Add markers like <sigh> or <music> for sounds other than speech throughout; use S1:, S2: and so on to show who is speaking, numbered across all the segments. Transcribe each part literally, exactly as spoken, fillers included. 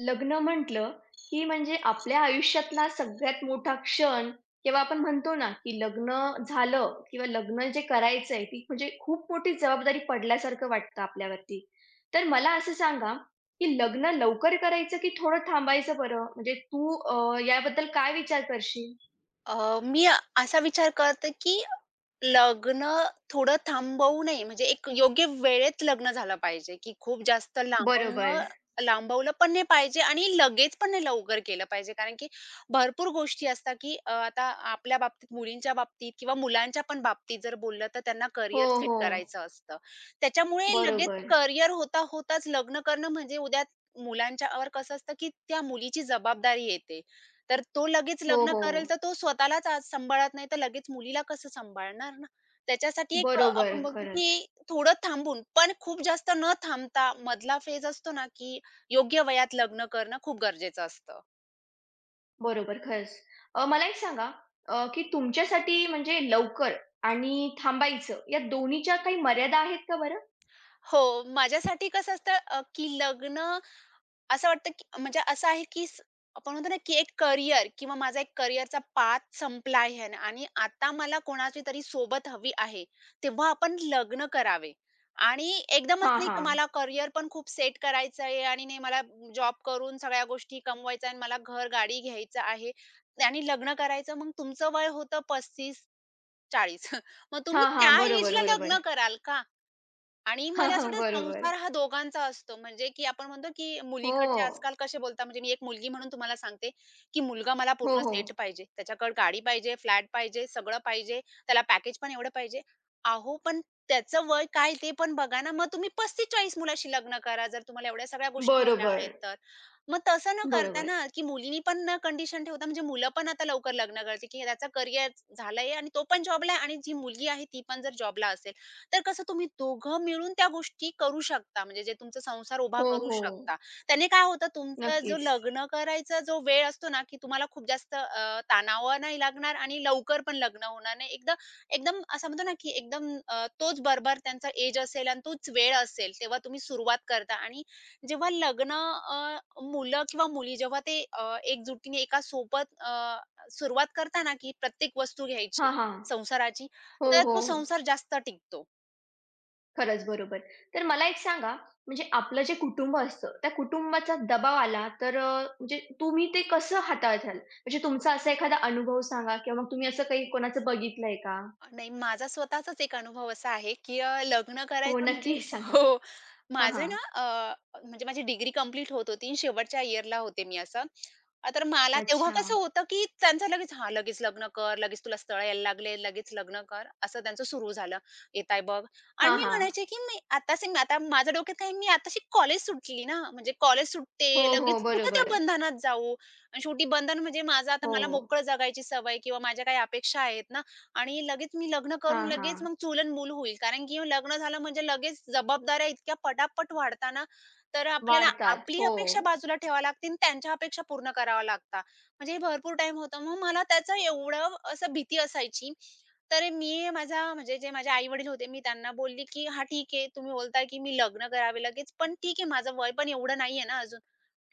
S1: लग्न म्हटलं की म्हणजे आपल्या आयुष्यातला सगळ्यात मोठा क्षण किंवा आपण म्हणतो ना की लग्न झालं किंवा लग्न जे करायचं आहे ती म्हणजे खूप मोठी जबाबदारी पडल्यासारखं वाटतं आपल्यावरती. तर मला असं सांगा की लग्न लवकर करायचं की थोडं थांबायचं बरं? म्हणजे तू अ, याबद्दल काय विचार करशील?
S2: अ, मी असा विचार करते, की लग्न थोडं थांबवू नये. म्हणजे एक योग्य वेळेत लग्न झालं पाहिजे, की खूप जास्त
S1: बरोबर.
S2: लांबवणं लांबवलं पण नाही पाहिजे आणि लगेच पण नाही लवकर केलं पाहिजे. कारण की भरपूर गोष्टी असतात, की अ, आता आपल्या बाबतीत, मुलींच्या बाबतीत किंवा मुलांच्या पण बाबतीत जर बोललं, तर त्यांना
S1: हो,
S2: करियर सेट
S1: हो.
S2: करायचं असतं. त्याच्यामुळे लगेच
S1: बरोबर.
S2: करियर होता होताच लग्न करणं म्हणजे उद्या मुलांच्यावर कसं असतं, की त्या मुलीची जबाबदारी येते. तर तो लगेच
S1: हो,
S2: लग्न करेल,
S1: हो.
S2: तर तो स्वतःलाच आज सांभाळत नाही, तर लगेच मुलीला कसं सांभाळणार ना? त्याच्यासाठी एक अ,
S1: बरोबर.
S2: आपण बोलतो,
S1: खरंच.
S2: की थोडं थांबून, पण खूप जास्त न थांबता मधला फेज असतो ना, की योग्य वयात लग्न करणं खूप गरजेचं असतं.
S1: बरोबर, खरंच. अ, मला एक सांगा, अ, की तुमच्यासाठी म्हणजे लवकर आणि थांबायचं या दोन्हीच्या काही मर्यादा आहेत का बरं?
S2: हो, माझ्यासाठी कसं असतं अ, की लग्न असं वाटतं, की म्हणजे असं आहे, की स आपण म्हणतो ना, की एक करियर किंवा माझा एक करियरचा पाथ संपला आहे आणि आणि आता मला कोणाची तरी सोबत हवी आहे. तेव्हा आपण लग्न करावे आणि एकदमच
S1: हां,
S2: नाही, की
S1: हां.
S2: मला करियर पण खूप सेट करायचं आहे आणि नाही मला जॉब करून सगळ्या गोष्टी कमवायच्या आणि मला घर, गाडी घ्यायचं आहे आणि लग्न करायचं. मग तुमचं वय होतं पस्तीस चाळीस. <laughs> मग
S1: हां,
S2: तुम्ही
S1: हां.
S2: त्या
S1: बरोबर,
S2: एजला
S1: बरोबर.
S2: लग्न
S1: <laughs>
S2: कराल का? आणि
S1: हां,
S2: मला
S1: हां.
S2: असं वाटतं
S1: बरोबर.
S2: संसार हा दोघांचा असतो. म्हणजे की आपण म्हणतो की
S1: हो.
S2: मुलीकडचे आजकाल कसे बोलता म्हणजे मी एक मुलगी म्हणून तुम्हाला सांगते, की मुलगा मला
S1: हो,
S2: पूर्ण
S1: हो.
S2: सेट पाहिजे. त्याच्याकडे गाडी पाहिजे, फ्लॅट पाहिजे, सगळं पाहिजे. त्याला पॅकेज पण एवढं पाहिजे. अहो, पण त्याचं वय काय ते पण बघा ना. मग तुम्ही पस्तीस चाळीस मुलाशी लग्न करा, जर तुम्हाला एवढ्या सगळ्या गोष्टी हव्या आहेत
S1: बरोबर,
S2: तर. मग तसं न करता
S1: बरोबर.
S2: ना, की मुलींनी पण ना कंडिशन ठेवता म्हणजे मुलं पण आता लवकर लग्न करते, की त्याचं करियर झालंय आणि तो पण जॉबला आहे आणि जी मुलगी आहे ती पण जर जॉबला असेल, तर कसं तुम्ही दोघं मिळून त्या गोष्टी करू शकता, म्हणजे जे तुमचा संसार उभा
S1: हो,
S2: करू
S1: हो.
S2: शकता. त्याने काय होतं तुमचा जो
S1: नक्कीच.
S2: लग्न करायचा जो वेळ असतो ना, की तुम्हाला खूप जास्त अ, तणाव नाही लागणार आणि लवकर पण लग्न होणार नाही. एकदा एकदम असं म्हणतो ना, की एकदम अ, तोच बरोबर त्यांचा एज असेल आणि तोच वेळ असेल, तेव्हा तुम्ही सुरुवात करता आणि जेव्हा लग्न अ, मुलं किंवा मुली जेव्हा ते अ, एकजुटीने एका सोबत अ, सुरुवात करता ना, की प्रत्येक वस्तू
S1: हां,
S2: घ्यायची
S1: हां.
S2: संसाराची,
S1: हो,
S2: तर
S1: हो,
S2: तो
S1: हो.
S2: संसार जास्त टिकतो.
S1: खरंच, बरोबर. तर मला एक सांगा, म्हणजे आपलं जे कुटुंब असतं, त्या कुटुंबाचा दबाव आला तर अ, म्हणजे तुम्ही ते कसं हाताळताल? म्हणजे तुमचा असा एखादा अनुभव सांगा किंवा मग तुम्ही असं काही कोणाचं बघितलंय का?
S2: नाही, माझा स्वतःचाच एक अनुभव असा आहे, की अ, लग्न
S1: हो,
S2: करायचं म्हणजे
S1: नक्की सांगा.
S2: हो.
S1: हां,
S2: माझं
S1: हां.
S2: ना अ, म्हणजे माझी डिग्री कंप्लीट होत होती. शेवटच्या इयरला होते मी असं. अ, तर मला तेव्हा
S1: अच्छा.
S2: कसं होतं, की त्यांचं लगेच, "हां, लगेच लग्न कर, लगेच तुला स्थळ यायला लागले, लगेच लग्न कर." असं त्यांचं सुरू झालं. "येत आहे बघ." आणि
S1: हां,
S2: मी
S1: हां.
S2: म्हणायचे, की "मी आताच मी आता माझ्या डोक्यात काय मी आताशी कॉलेज सुटली ना, म्हणजे कॉलेज सुटते,
S1: हो, हो,
S2: लगेच कुठे त्या
S1: बरोबर.
S2: बंधनात जाऊ." आणि शेवटी बंधन म्हणजे माझं आता
S1: हो.
S2: मला मोकळं जगायची सवय किंवा माझ्या काही अपेक्षा आहेत ना. आणि लगेच मी लग्न
S1: हां,
S2: करून लगेच
S1: हां.
S2: मग चूल अन् मूल होईल. कारण की लग्न झालं म्हणजे लगेच जबाबदाऱ्या इतक्या पटापट वाढतात ना, तर आपल्याला
S1: वाढतात.
S2: आपली
S1: हो.
S2: अपेक्षा बाजूला ठेवावी लागते आणि त्यांच्या अपेक्षा पूर्ण कराव्या लागतात. म्हणजे हे भरपूर टाइम होतं. मग मला त्याचं एवढं असं भीती असायची. तर मी माझा म्हणजे जे माझे आई-वडील होते, मी त्यांना बोलली, की "हां, ठीक आहे. तुम्ही बोलताय, की मी लग्न करावे लगेच, पण ठीक आहे माझं वय पण एवढं नाहीये ना अजून."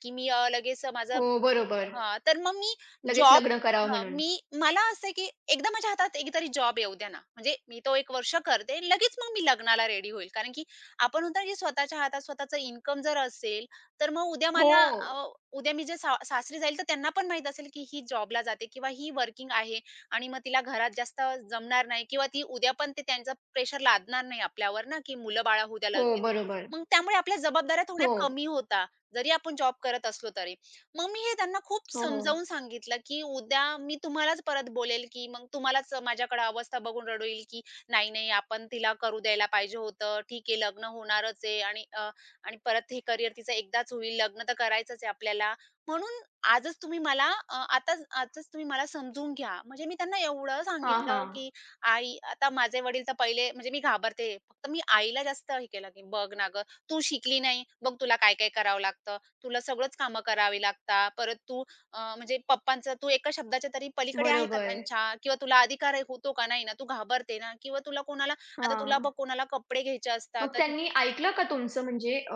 S2: की मी अ, लगेच माझं
S1: हो, बरोबर.
S2: हां, तर मग मी
S1: लगेच
S2: जॉब
S1: लग्न करावं
S2: हां,
S1: म्हणून.
S2: मी मला असं आहे की एकदा माझ्या हातात एकतरी जॉब येऊ द्या ना, म्हणजे मी तो एक वर्ष करते, लगेच मग मी लग्नाला रेडी होईल. कारण की आपण म्हणतो की स्वतःच्या हातात स्वतःचा इन्कम जर असेल, तर मग उद्या
S1: हो.
S2: मला अ, उद्या मी जे सा सासरी जाईल, तर त्यांना पण माहीत असेल की ही जॉबला जाते किंवा ही वर्किंग आहे आणि मग तिला घरात जास्त जमणार नाही किंवा ती उद्या पण ते त्यांचं प्रेशर लादणार नाही आपल्यावर ना, की मुलं-बाळं होऊ द्या
S1: हो,
S2: लगेच.
S1: बरोबर.
S2: मग त्यामुळे आपल्या जबाबदाऱ्या थोड्या
S1: हो.
S2: कमी होतात. जरी आपण जॉब करत असलो तरी. मग मी हे त्यांना खूप
S1: हो, हो.
S2: समजावून सांगितलं, की उद्या मी तुम्हालाच परत बोलेल, की मग तुम्हालाच माझ्याकडे अवस्था बघून रडू येईल, की "नाही, नाही आपण तिला करू द्यायला पाहिजे होतं. ठीक आहे लग्न होणारच आहे आणि अ, आणि परत हे करियर तिचं एकदाच होईल. लग्न तर करायचंच आहे आपल्याला. म्हणून आजच तुम्ही मला अ, आताच आजच तुम्ही मला समजून घ्या." म्हणजे मी त्यांना एवढं
S1: हां,
S2: सांगितलं,
S1: हां.
S2: की "आई" आता माझे वडील तर पहिले म्हणजे मी घाबरते. फक्त मी आईला जास्त हे केलं, की "बघ ना गं, तू शिकली नाही, बघ तुला काय-काय करावं लागतं. तुला सगळंच कामं करावी लागतात. परत तू अ, म्हणजे पप्पांचा तू एका शब्दाच्या तरी पलीकडे आहे का
S1: बरोबर.
S2: त्यांच्या? किंवा तुला अधिकार आहे होतो का नाही ना? तू घाबरते ना? किंवा तुला कोणाला आता तुला बघ
S1: हां.
S2: कोणाला कपडे घ्यायचे
S1: मग
S2: असतात तर
S1: त्यांनी ऐकलं का तुमचं म्हणजे, अ,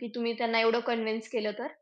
S1: की तुम्ही त्यांना एवढं कन्व्हिन्स केलं तर?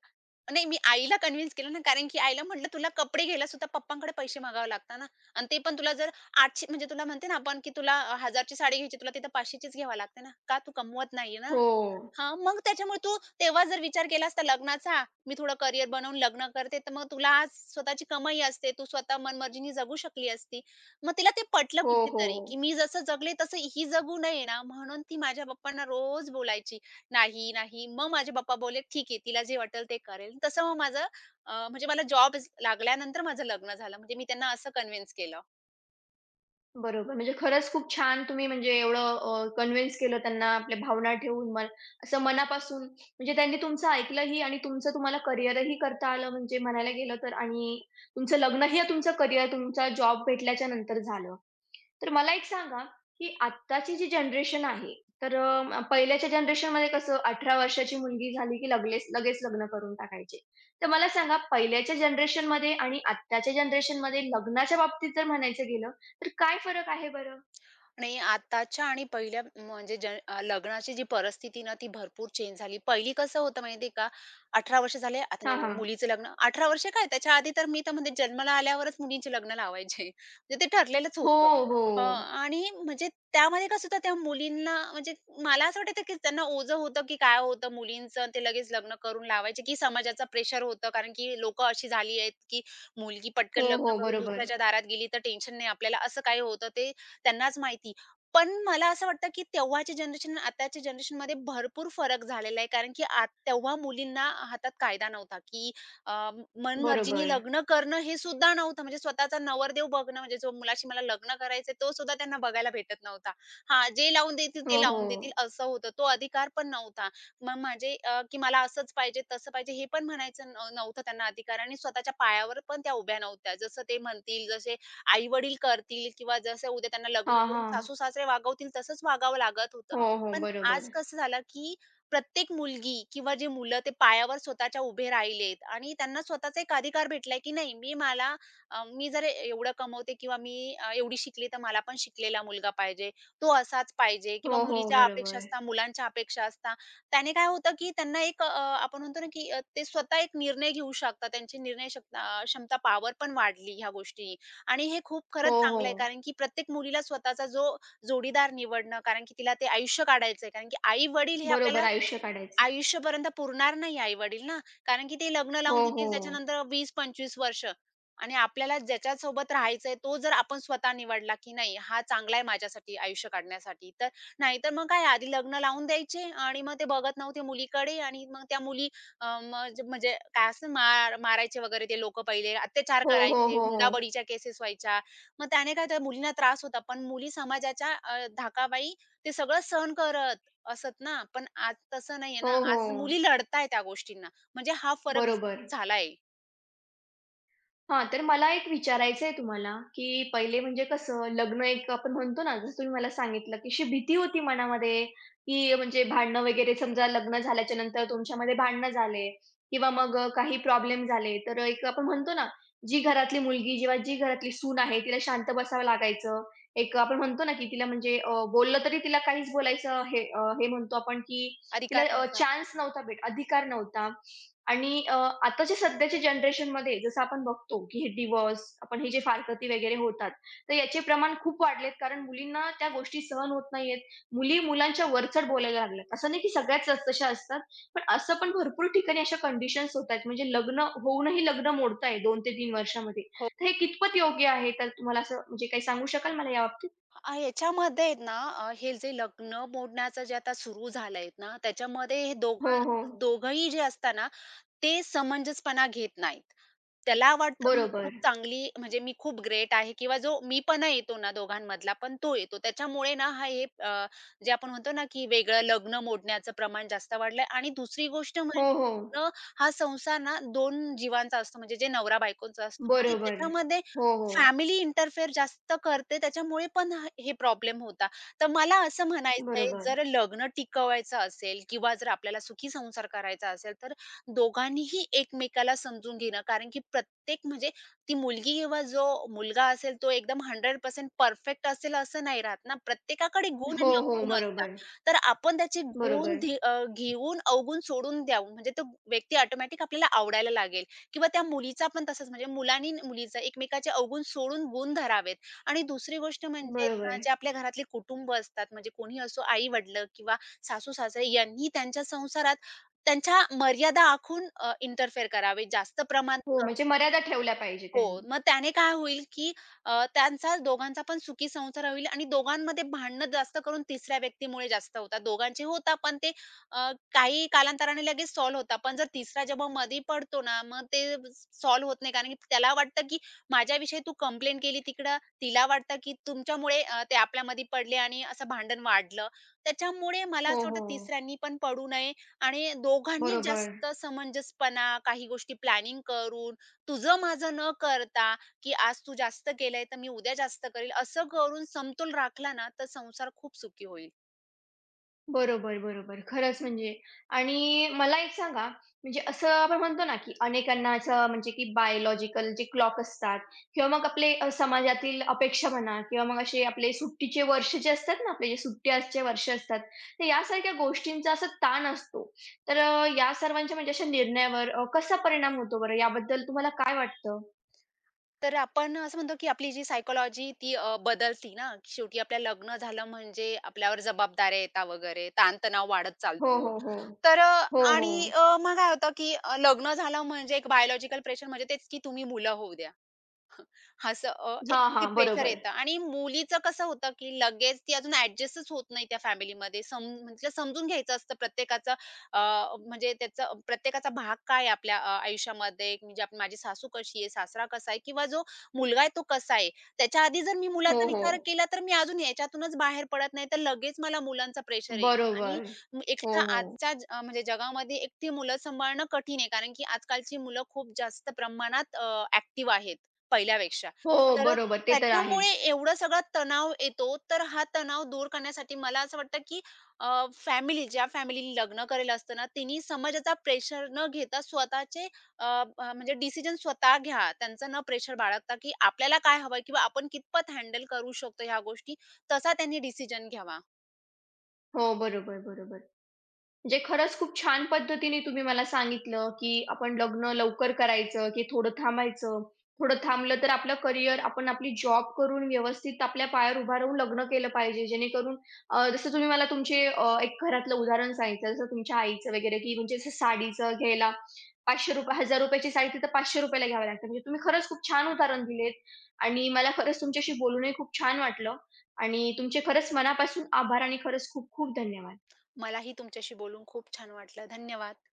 S2: नाही मी आईला कन्व्हिन्स केलं ना, कारण की आईला म्हटलं तुला कपडे घ्यायला सुद्धा पप्पांकडे पैसे मागावे लागतात ना आणि ते पण तुला जर आठशे म्हणजे तुला म्हणते ना आपण की तुला हजारची साडी घ्यायची, तुला तिथं पाचशेचीच घ्यावी लागते ना. का? तू कमवत नाहीये ना.
S1: हो.
S2: हां, मग त्याच्यामुळे तू तेव्हा जर विचार केला असता लग्नाचा, मी थोडं करियर बनवून लग्न करते, तर मग तुला आज स्वतःची कमाई असते. तू स्वतः मनमर्जीने जगू शकली असती. मग तिला ते पटलं
S1: हो, हो.
S2: कुठेतरी, की मी जसं जगले तसं ही जगू नये ना, म्हणून ती माझ्या पप्पांना रोज बोलायची, "नाही, नाही." मग माझे पप्पा बोलले, "ठीक आहे, तिला जे वाटेल ते करेल." तसं मग माझं अ, म्हणजे मला जॉब लागल्यानंतर माझं लग्न झालं. म्हणजे मी त्यांना असं कन्विन्स केलं.
S1: बरोबर. म्हणजे खरंच खूप छान तुम्ही म्हणजे एवढं कन्व्हिन्स केलं त्यांना आपल्या भावना ठेवून मन असं मनापासून म्हणजे त्यांनी तुमचं ऐकलंही आणि तुमचं तुम्हाला करिअरही करता आलं म्हणजे म्हणायला गेलं तर आणि तुमचं लग्नही तुमचं करिअर तुमचा जॉब भेटल्याच्या नंतर झालं. तर मला एक सांगा, की आत्ताची जी जनरेशन आहे, तर अ, पहिल्याच्या जनरेशनमध्ये कसं अठरा वर्षाची मुलगी झाली की लगेच लगेच लग्न करून टाकायचे. तर मला सांगा पहिल्याच्या जनरेशनमध्ये आणि आत्ताच्या जनरेशनमध्ये लग्नाच्या बाबतीत जर म्हणायचं गेलं, तर काय फरक आहे बरं?
S2: आणि आताच्या आणि पहिल्या म्हणजे जन अ, लग्नाची जी परिस्थिती ना, ती भरपूर चेंज झाली. पहिली कसं होतं माहिती आहे का, अठरा वर्ष झाले, आता नाही,
S1: हां,
S2: नाही,
S1: हां.
S2: मुलीचं लग्न अठरा वर्ष काय त्याच्या आधी तर मी तर म्हणते जन्माला आल्यावरच मुलींचे लग्न लावायचे. म्हणजे ते ठरलेलंच
S1: हो,
S2: होतं.
S1: हो.
S2: हं आणि म्हणजे त्यामध्ये कसं होतं त्या मुलींना म्हणजे मला असं वाटायचं की त्यांना ओझं होतं की काय होतं मुलींचं ते लगेच लग्न करून लावायचे की समाजाचं प्रेशर होतं. कारण की लोकं अशी झाली आहेत की मुलगी पटकन
S1: हो,
S2: लग्न
S1: हो.
S2: करून
S1: बरोबर.
S2: दुसऱ्याच्या दारात गेली तर टेन्शन नाही आपल्याला, असं काही होतं. ते त्यांनाच माहिती. पण मला असं वाटतं, की तेव्हाची जनरेशन आणि आताच्या जनरेशनमध्ये भरपूर फरक झालेला आहे. कारण की आत तेव्हा मुलींना हातात कायदा नव्हता, की अ, मनमर्जीने
S1: बरोबर.
S2: लग्न करणं हे सुद्धा नव्हतं. म्हणजे स्वतःचा नवरदेव बघणं, म्हणजे जो मुलाशी मला लग्न करायचंय तो सुद्धा त्यांना बघायला भेटत नव्हता. हां, जे लावून देतील
S1: हो,
S2: ते लावून देतील
S1: हो.
S2: असं होतं. तो अधिकार पण नव्हता. मग माझे अ, की मला असंच पाहिजे, तसं पाहिजे हे पण म्हणायचं न नव्हतं त्यांना अधिकार आणि स्वतःच्या पायावर पण त्या उभ्या नव्हत्या. जसं ते म्हणतील, जसे आई-वडील करतील किंवा जसं उद्या त्यांना लग्न
S1: हां,
S2: करून
S1: हां.
S2: सासू-सासरे वागवतील तसंच वागावं लागत होतं.
S1: हो, हो.
S2: पण आज
S1: बरोबर.
S2: कसं झालं, की प्रत्येक मुलगी किंवा जे मुलं ते पायावर स्वतःच्या उभे राहिलेत आणि त्यांना स्वतःचा एक अधिकार भेटलाय, की नाही मी मला अ, मी जर एवढं कमवते किंवा मी अ, एवढी शिकली तर मला पण शिकलेला मुलगा पाहिजे. तो असाच पाहिजे किंवा
S1: हो, हो.
S2: मुलीच्या अपेक्षा
S1: बरोबर.
S2: असतात, मुलांच्या अपेक्षा असतात. त्याने काय होतं, की त्यांना एक अ, आपण म्हणतो ना, की अ, ते स्वतः एक निर्णय घेऊ शकतात. त्यांची निर्णय शक्ता क्षमता पॉवर पण वाढली ह्या गोष्टी आणि हे खूप खरंच
S1: हो,
S2: चांगलं आहे,
S1: हो.
S2: कारण की प्रत्येक मुलीला स्वतःचा जो जोडीदार निवडणं, कारण की तिला ते आयुष्य काढायचंय. कारण की आई-वडील हे
S1: बरोबर
S2: आपल्याला
S1: आयुष्य काढायचे.
S2: आयुष्यपर्यंत पुरणार नाही आई-वडील ना, कारण की ते लग्न
S1: हो,
S2: लावून
S1: हो.
S2: देतील त्याच्यानंतर वीस पंचवीस वर्ष आणि आपल्याला ज्याच्यासोबत राहायचंय तो जर आपण स्वतः निवडला, की नाही हा चांगला आहे माझ्यासाठी आयुष्य काढण्यासाठी. तर नाहीतर मग काय आधी लग्न लावून द्यायचे आणि मग ते बघत नव्हते मुलीकडे आणि मग त्या मुली अ, मज म्हणजे काय असं मार मारायचे वगैरे ते लोकं पहिले, अत्याचार
S1: हो, हो,
S2: करायचे,
S1: हो, हो.
S2: हुंडाबळीच्या केसेस व्हायच्या. मग त्याने काय त्या मुलींना त्रास होता. पण मुली समाजाच्या अ, धाकाबाई ते सगळं सहन करत असत ना, पण आज तसं नाहीये
S1: हो,
S2: ना. आज
S1: हो.
S2: मुली लढताय त्या गोष्टींना. म्हणजे हा फरक
S1: बरोबर.
S2: ज- झालाय.
S1: हां, तर मला एक विचारायचं आहे तुम्हाला, की पहिले म्हणजे कसं लग्न एक आपण म्हणतो ना, जसं तुम्ही मला सांगितलं, की अशी भीती होती मनामध्ये, की म्हणजे भांडणं वगैरे समजा लग्न झाल्याच्या नंतर तुमच्यामध्ये भांडणं झाले किंवा मग काही प्रॉब्लेम झाले, तर एक आपण म्हणतो ना, जी घरातली मुलगी किंवा जी घरातली सून आहे, तिला शांत बसावं लागायचं. एक आपण म्हणतो ना, की तिला म्हणजे अ, बोललं तरी तिला काहीच बोलायचं हे अ, हे म्हणतो आपण, की
S2: अधिकार
S1: तिला
S2: नव्हता.
S1: चान्स नव्हता भेट अधिकार नव्हता. आणि अ, आताच्या सध्याच्या जनरेशनमध्ये जसं आपण बघतो, की हे डिव्होर्स, आपण हे जे फारकती वगैरे होतात, तर याचे प्रमाण खूप वाढलेत. कारण मुलींना त्या गोष्टी सहन होत नाहीयेत. मुली मुलांच्या वरचढ बोलायला लागल्यात. असं नाही की सगळ्याच त तशा असतात. पण असं पण भरपूर ठिकाणी अशा कंडिशन्स होतायत. म्हणजे लग्न होऊनही लग्न मोडताय दोन ते तीन वर्षामध्ये.
S2: हो.
S1: तर हे कितपत योग्य आहे? तर तुम्हाला असं म्हणजे काही सांगू शकाल मला याबाबतीत?
S2: अ, याच्यामध्ये आहेत ना, अ, हे जे लग्न मोडण्याचं जे आता सुरू झालंय ना, त्याच्यामध्ये हे
S1: हो,
S2: दोघं
S1: हो.
S2: दोघंही जे असतात ना, ते समंजसपणा घेत नाहीत. त्याला वाटतं मी खूप
S1: बरोबर.
S2: चांगली म्हणजे मी खूप ग्रेट आहे किंवा जो मीपणा येतो ना दोघांमधला पण तो येतो. त्याच्यामुळे ना हा हे अ, जे आपण म्हणतो ना, की वेगळं लग्न मोडण्याचं प्रमाण जास्त वाढलंय आणि दुसरी गोष्ट
S1: हो,
S2: म्हणजे
S1: हो.
S2: लग्न हा संसार ना दोन जीवांचा असतो म्हणजे जे नवरा-बायकोचा असतो आणि
S1: बरोबर.
S2: त्याच्यामध्ये
S1: हो, हो.
S2: फॅमिली इंटरफेअर जास्त करते त्याच्यामुळे पण ह हे प्रॉब्लेम होता. तर मला असं म्हणायचंय
S1: बरोबर.
S2: जर लग्न टिकवायचं असेल किंवा जर आपल्याला सुखी संसार करायचा असेल तर दोघांनीही एकमेकाला समजून घेणं. कारण की प्रत्येक म्हणजे ती मुलगी किंवा जो मुलगा असेल तो एकदम शंभर टक्के परफेक्ट असेल असं नाही राहत ना. प्रत्येकाकडे गुण
S1: हो,
S2: आणि
S1: हो.
S2: अवगुण
S1: बरोबर.
S2: असतात. तर आपण त्याचे गुण
S1: बरोबर.
S2: धे अ, घेऊन अवगुण सोडून द्यावं म्हणजे तो व्यक्ती ऑटोमॅटिक आपल्याला आवडायला लागेल किंवा त्या मुलीचा पण तसंच म्हणजे मुलांनी न- मुलीचा एकमेकाचे अवगुण सोडून गुण धरावेत. आणि दुसरी गोष्ट म्हणजे ना
S1: बरोबर.
S2: जे आपल्या घरातले कुटुंब असतात म्हणजे कोणी असो आई-वडील किंवा सासू-सासरे यांनी त्यांच्या संसारात त्यांच्या मर्यादा आखून अ, इंटरफेअर करावे. जास्त
S1: हो,
S2: प्रमाणात
S1: म्हणजे मर्यादा ठेवल्या पाहिजे
S2: हो,
S1: त्यांनी.
S2: मग त्याने काय होईल, की अ, त्यांचा दोघांचा पण सुखी संसार होईल आणि दोघांमध्ये भांडणं जास्त करून तिसऱ्या व्यक्तीमुळे जास्त होतात. दोघांचे होतात, पण ते अ, काही कालांतराने लगेच सॉल्व्ह होतात. पण जर तिसरा जेव्हा मधी पडतो ना, मग ते सॉल्व्ह होत नाही. कारण की त्याला वाटतं, की माझ्याविषयी तू कंप्लेंट केली तिकडं, तिला वाटतं, की तुमच्यामुळे अ, ते आपल्यामध्ये पडले आणि असं भांडण वाढलं. त्याच्यामुळे मला
S1: हो,
S2: असं
S1: हो.
S2: वाटतं तिसऱ्यांनी पण पडू नये आणि दोघांनी
S1: बरोबर.
S2: जास्त समंजसपणा, काही गोष्टी प्लॅनिंग करून तुझं माझं न करता, की आज तू जास्त केलंय, तर मी उद्या जास्त करेल, असं करून समतोल राखला ना, तर संसार खूप सुखी होईल.
S1: बरोबर, बरोबर. खरंच म्हणजे आणि मला एक सांगा, म्हणजे असं आपण म्हणतो ना, की अनेकांना असं म्हणजे की बायोलॉजिकल जे क्लॉक असतात किंवा मग आपले अ, समाजातील अपेक्षा म्हणा किंवा मग असे आपले सुट्टीचे वर्ष जे असतात ना, आपले जे सुट्ट्याचे वर्ष असतात, तर यासारख्या गोष्टींचा असा ताण असतो. तर अ, या सर्वांच्या म्हणजे अशा निर्णयावर अ, कसा परिणाम होतो बरं? याबद्दल तुम्हाला काय वाटतं?
S2: तर आपण असं म्हणतो, की आपली जी सायकॉलॉजी ती अ, बदलती ना. शेवटी आपलं लग्न झालं म्हणजे आपल्यावर जबाबदाऱ्या येतात वगैरे, ताणतणाव वाढत
S1: हो,
S2: चालतो.
S1: हो, हो.
S2: तर अ,
S1: हो, हो.
S2: आणि अ, मग काय होतं, की अ, लग्न झालं म्हणजे एक बायोलॉजिकल प्रेशर म्हणजे तेच, की तुम्ही मुलं होऊ द्या. असं अ,
S1: हां,
S2: एक ते
S1: हां.
S2: प्रेशर
S1: बरोबर.
S2: येतं आणि मुलीचं कसं होतं, की लगेच ती अजून ॲडजस्टच होत नाही त्या फॅमिलीमध्ये. सम म्हणजे समजून घ्यायचं असतं प्रत्येकाचं अ, म्हणजे त्याचा प्रत्येकाचा भाग काय आहे आपल्या अ, आयुष्यामध्ये म्हणजे आपण माझी सासू कशी आहे, सासरा कसा आहे किंवा जो मुलगा आहे तो कसा आहे. त्याच्या आधी जर मी
S1: हो,
S2: मुलाचा विचार
S1: हो.
S2: केला, तर मी अजून याच्यातूनच बाहेर पडत नाही, तर लगेच मला मुलांचा प्रेशर येईल आणि
S1: बरोबर.
S2: म-
S1: हो,
S2: एकटा
S1: हो.
S2: आजच्या ज अ, म्हणजे जगामध्ये एकटी मुलं सांभाळणं कठीण आहे. कारण की आजकालची मुलं खूप जास्त प्रमाणात अ, आहेत पहिल्यापेक्षा.
S1: हो,
S2: तर अ,
S1: बरोबर. ते तर
S2: त्याच्यामुळे
S1: आहेच.
S2: एवढा सगळा तणाव येतो. तर हा तणाव दूर करण्यासाठी मला असं वाटतं, की अ, फॅमिली ज्या फॅमिलीने लग्न केलेलं असतं ना, तिनी समाजाचा प्रेशर न घेता स्वतःचे अ, अ, म्हणजे डिसिजन स्वतः घ्या. त्यांचं न प्रेशर बाळगता, की आपल्याला काय हवंय किंवा आपण कितपत हँडल करू शकतो ह्या गोष्टी, तसा त्यांनी डिसिजन घ्यावा.
S1: हो, बरोबर, बरोबर. म्हणजे खरंच खूप छान पद्धतीने तुम्ही मला सांगितलं, की आपण लग्न लवकर करायचं, की थोडं थांबायचं. थोडं थांबलं तर आपलं करियर आपण आपली जॉब करून व्यवस्थित आपल्या पायावर उभा राहून लग्न केलं पाहिजे. जेणेकरून अ, जसं तुम्ही मला तुमचे अ, एक घरातलं उदाहरण सांगितलं, जसं तुमच्या आईचं वगैरे, की म्हणजे असं साडीचं घ्यायला ₹पाचशे ₹हजार ची साडी तिथं ₹पाचशे ला घ्यावी लागते. म्हणजे तुम्ही खरंच खूप छान उदाहरण दिलेत आणि मला खरंच तुमच्याशी बोलूनही खूप छान वाटलं आणि तुमचे खरंच मनापासून आभार आणि खरंच खूप खूप धन्यवाद.
S2: मलाही तुमच्याशी बोलून खूप छान वाटलं. धन्यवाद.